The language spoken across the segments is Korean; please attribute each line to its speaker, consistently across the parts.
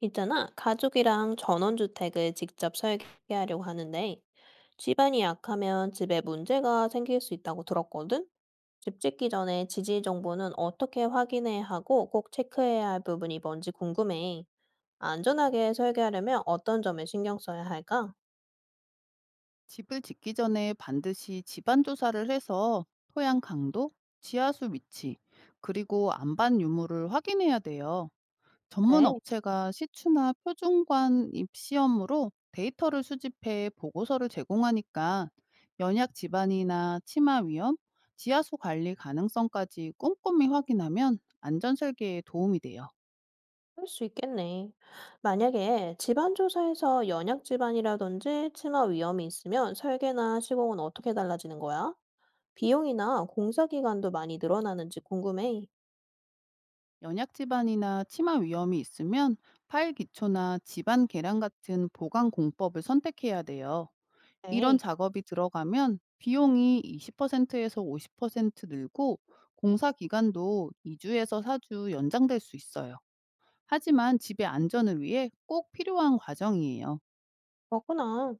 Speaker 1: 있잖아, 가족이랑 전원주택을 직접 설계하려고 하는데, 집안이 약하면 집에 문제가 생길 수 있다고 들었거든? 집 짓기 전에 지질 정보는 어떻게 확인해야 하고 꼭 체크해야 할 부분이 뭔지 궁금해. 안전하게 설계하려면 어떤 점에 신경 써야 할까?
Speaker 2: 집을 짓기 전에 반드시 집안 조사를 해서 토양 강도, 지하수 위치, 그리고 안반 유무를 확인해야 돼요. 전문
Speaker 1: 네,
Speaker 2: 업체가 시추나 표준관 입시험으로 데이터를 수집해 보고서를 제공하니까 연약 집안이나 치마 위험, 지하수 관리 가능성까지 꼼꼼히 확인하면 안전 설계에 도움이 돼요.
Speaker 1: 그럴 수 있겠네. 만약에 집안 조사에서 연약 집안이라든지 치마 위험이 있으면 설계나 시공은 어떻게 달라지는 거야? 비용이나 공사 기간도 많이 늘어나는지 궁금해.
Speaker 2: 연약 집안이나 치마 위험이 있으면 파일 기초나 집안 계량 같은 보강 공법을 선택해야 돼요. 이런
Speaker 1: 네,
Speaker 2: 작업이 들어가면 비용이 20%에서 50% 늘고 공사 기간도 2주에서 4주 연장될 수 있어요. 하지만 집의 안전을 위해 꼭 필요한 과정이에요.
Speaker 1: 그렇구나.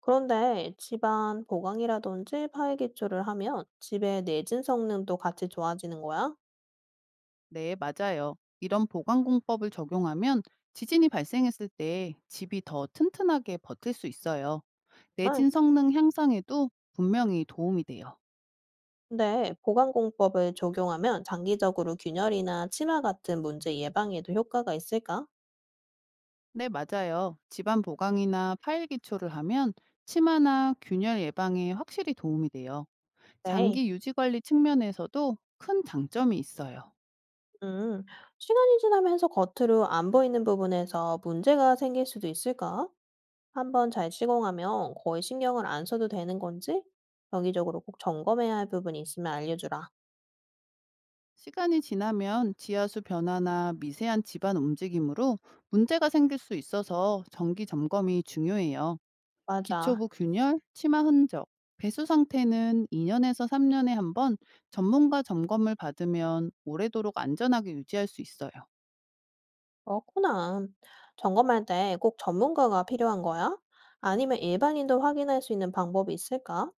Speaker 1: 그런데 집안 보강이라든지 파헤기초를 하면 집의 내진 성능도 같이 좋아지는 거야?
Speaker 2: 네, 맞아요. 이런 보강 공법을 적용하면 지진이 발생했을 때 집이 더 튼튼하게 버틸 수 있어요.
Speaker 1: 정말?
Speaker 2: 내진 성능 향상에도 분명히 도움이 돼요.
Speaker 1: 근데 보강공법을 적용하면 장기적으로 균열이나 치마 같은 문제 예방에도 효과가 있을까?
Speaker 2: 네, 맞아요. 집안 보강이나 파일 기초를 하면 치마나 균열 예방에 확실히 도움이 돼요.
Speaker 1: 네.
Speaker 2: 장기 유지 관리 측면에서도 큰 장점이 있어요.
Speaker 1: 음, 시간이 지나면서 겉으로 안 보이는 부분에서 문제가 생길 수도 있을까? 한번 잘 시공하면 거의 신경을 안 써도 되는 건지 정기적으로 꼭 점검해야 할 부분이 있으면 알려주라.
Speaker 2: 시간이 지나면 지하수 변화나 미세한 집안 움직임으로 문제가 생길 수 있어서 정기 점검이 중요해요.
Speaker 1: 맞아.
Speaker 2: 기초부 균열, 치마 흔적, 배수 상태는 2년에서 3년에 한번 전문가 점검을 받으면 오래도록 안전하게 유지할 수 있어요.
Speaker 1: 그렇구나. 점검할 때 꼭 전문가가 필요한 거야? 아니면 일반인도 확인할 수 있는 방법이 있을까?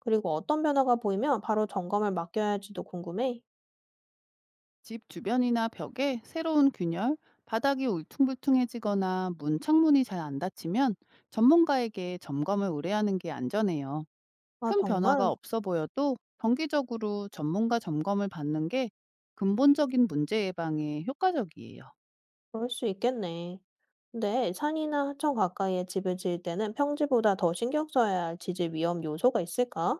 Speaker 1: 그리고 어떤 변화가 보이면 바로 점검을 맡겨야 할지도 궁금해.
Speaker 2: 집 주변이나 벽에 새로운 균열, 바닥이 울퉁불퉁해지거나 문 창문이 잘 안 닫히면 전문가에게 점검을 의뢰하는 게 안전해요.
Speaker 1: 아,
Speaker 2: 큰 변화가
Speaker 1: 정말?
Speaker 2: 없어 보여도 정기적으로 전문가 점검을 받는 게 근본적인 문제 예방에 효과적이에요.
Speaker 1: 그럴 수 있겠네. 근데 산이나 하천 가까이에 집을 지을 때는 평지보다 더 신경 써야 할 지질 위험 요소가 있을까?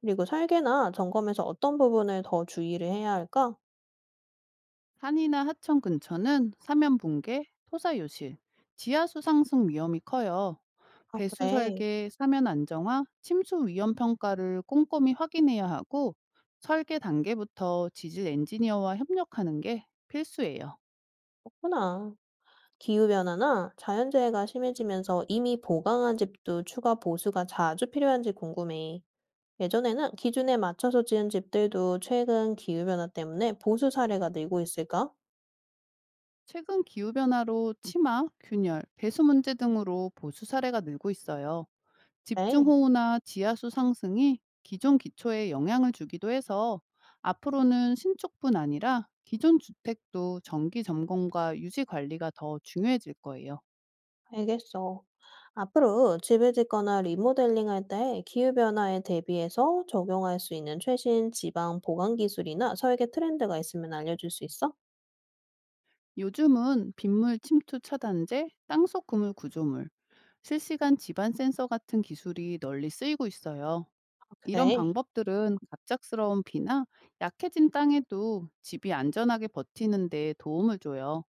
Speaker 1: 그리고 설계나 점검에서 어떤 부분을 더 주의를 해야 할까?
Speaker 2: 산이나 하천 근처는 사면 붕괴, 토사 유실, 지하수 상승 위험이 커요.
Speaker 1: 아,
Speaker 2: 배수
Speaker 1: 그래.
Speaker 2: 설계, 사면 안정화, 침수 위험 평가를 꼼꼼히 확인해야 하고 설계 단계부터 지질 엔지니어와 협력하는 게 필수예요.
Speaker 1: 그렇구나. 기후변화나 자연재해가 심해지면서 이미 보강한 집도 추가 보수가 자주 필요한지 궁금해. 예전에는 기준에 맞춰서 지은 집들도 최근 기후변화 때문에 보수 사례가 늘고 있을까?
Speaker 2: 최근 기후 변화로 치마, 균열, 배수 문제 등으로 보수 사례가 늘고 있어요. 집중
Speaker 1: 네,
Speaker 2: 호우나 지하수 상승이 기존 기초에 영향을 주기도 해서 앞으로는 신축뿐 아니라 기존 주택도 정기 점검과 유지 관리가 더 중요해질 거예요.
Speaker 1: 알겠어. 앞으로 집을 짓거나 리모델링 할 때 기후변화에 대비해서 적용할 수 있는 최신 지방 보강 기술이나 설계 트렌드가 있으면 알려줄 수 있어?
Speaker 2: 요즘은 빗물 침투 차단제, 땅속 그물 구조물, 실시간 집안 센서 같은 기술이 널리 쓰이고 있어요.
Speaker 1: 아,
Speaker 2: 이런
Speaker 1: 그래.
Speaker 2: 방법들은 갑작스러운 비나 약해진 땅에도 집이 안전하게 버티는 데 도움을 줘요.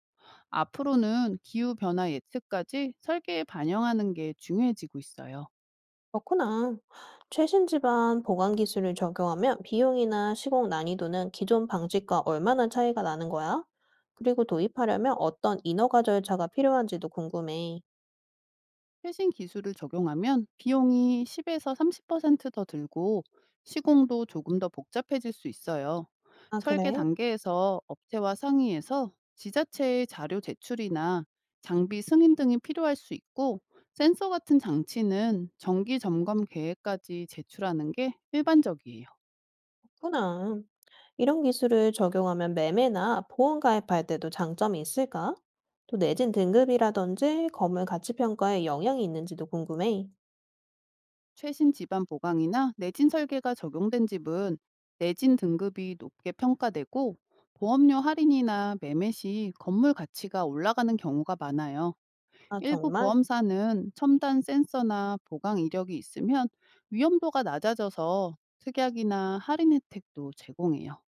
Speaker 2: 앞으로는 기후 변화 예측까지 설계에 반영하는 게 중요해지고 있어요.
Speaker 1: 그렇구나. 최신 집안 보관 기술을 적용하면 비용이나 시공 난이도는 기존 방식과 얼마나 차이가 나는 거야? 그리고 도입하려면 어떤 인허가 절차가 필요한지도 궁금해.
Speaker 2: 최신 기술을 적용하면 비용이 10에서 30%더 들고 시공도 조금 더 복잡해질 수 있어요.
Speaker 1: 아,
Speaker 2: 설계
Speaker 1: 그래?
Speaker 2: 단계에서 업체와 상의해서 지자체의 자료 제출이나 장비 승인 등이 필요할 수 있고 센서 같은 장치는 정기 점검 계획까지 제출하는 게 일반적이에요.
Speaker 1: 그렇구나. 이런 기술을 적용하면 매매나 보험 가입할 때도 장점이 있을까? 또 내진 등급이라든지 건물 가치 평가에 영향이 있는지도 궁금해.
Speaker 2: 최신 집안 보강이나 내진 설계가 적용된 집은 내진 등급이 높게 평가되고 보험료 할인이나 매매 시 건물 가치가 올라가는 경우가 많아요.
Speaker 1: 아,
Speaker 2: 일부
Speaker 1: 정말?
Speaker 2: 보험사는 첨단 센서나 보강 이력이 있으면 위험도가 낮아져서 특약이나 할인 혜택도 제공해요.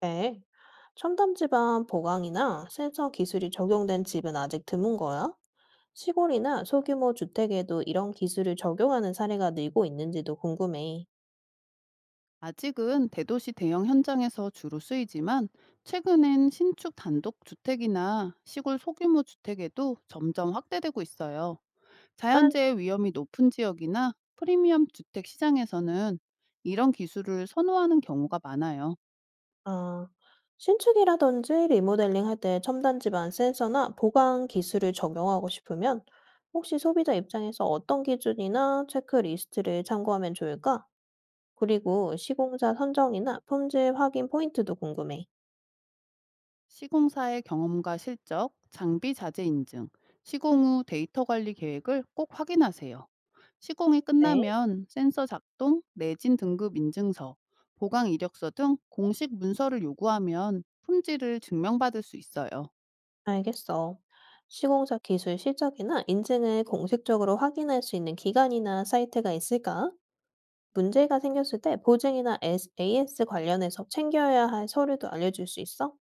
Speaker 1: 네. 첨단 집안 보강이나 센서 기술이 적용된 집은 아직 드문 거야? 시골이나 소규모 주택에도 이런 기술을 적용하는 사례가 늘고 있는지도 궁금해.
Speaker 2: 아직은 대도시 대형 현장에서 주로 쓰이지만 최근엔 신축 단독 주택이나 시골 소규모 주택에도 점점 확대되고 있어요.
Speaker 1: 만,
Speaker 2: 자연재해 위험이 높은 지역이나 프리미엄 주택 시장에서는 이런 기술을 선호하는 경우가 많아요.
Speaker 1: 아, 신축이라든지 리모델링 할 때 첨단 지방 센서나 보강 기술을 적용하고 싶으면 혹시 소비자 입장에서 어떤 기준이나 체크리스트를 참고하면 좋을까? 그리고 시공사 선정이나 품질 확인 포인트도 궁금해.
Speaker 2: 시공사의 경험과 실적, 장비 자재 인증, 시공 후 데이터 관리 계획을 꼭 확인하세요. 시공이
Speaker 1: 네,
Speaker 2: 끝나면 센서 작동, 내진 등급 인증서, 보강 이력서 등 공식 문서를 요구하면 품질을 증명받을 수 있어요.
Speaker 1: 알겠어. 시공사 기술 실적이나 인증을 공식적으로 확인할 수 있는 기관이나 사이트가 있을까? 문제가 생겼을 때 보증이나 에스 AS 관련해서 챙겨야 할 서류도 알려줄 수 있어?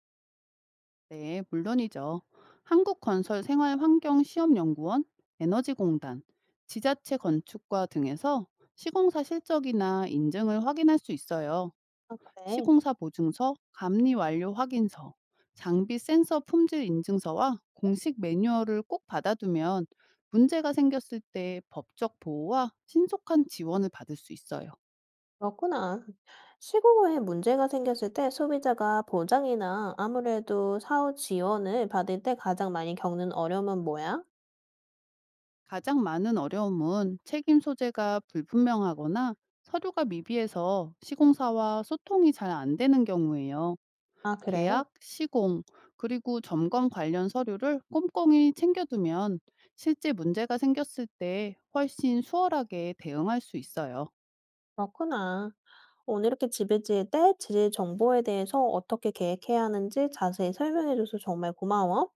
Speaker 2: 네, 물론이죠. 한국건설생활환경시험연구원, 에너지공단, 지자체 건축과 등에서 시공사 실적이나 인증을 확인할 수 있어요.
Speaker 1: 아 그래.
Speaker 2: 시공사 보증서, 감리 완료 확인서, 장비 센서 품질 인증서와 공식 매뉴얼을 꼭 받아두면 문제가 생겼을 때 법적 보호와 신속한 지원을 받을 수 있어요.
Speaker 1: 그렇구나. 시공호에 문제가 생겼을 때 소비자가 보장이나 아무래도 사후 지원을 받을 때 가장 많이 겪는 어려움은 뭐야?
Speaker 2: 가장 많은 어려움은 책임 소재가 불분명하거나 서류가 미비해서 시공사와 소통이 잘 안 되는 경우예요.
Speaker 1: 아 그래.
Speaker 2: 계약, 시공, 그리고 점검 관련 서류를 꼼꼼히 챙겨두면 실제 문제가 생겼을 때 훨씬 수월하게 대응할 수 있어요.
Speaker 1: 그렇구나. 오늘 이렇게 집을 지을 때 지질 정보에 대해서 어떻게 계획해야 하는지 자세히 설명해줘서 정말 고마워.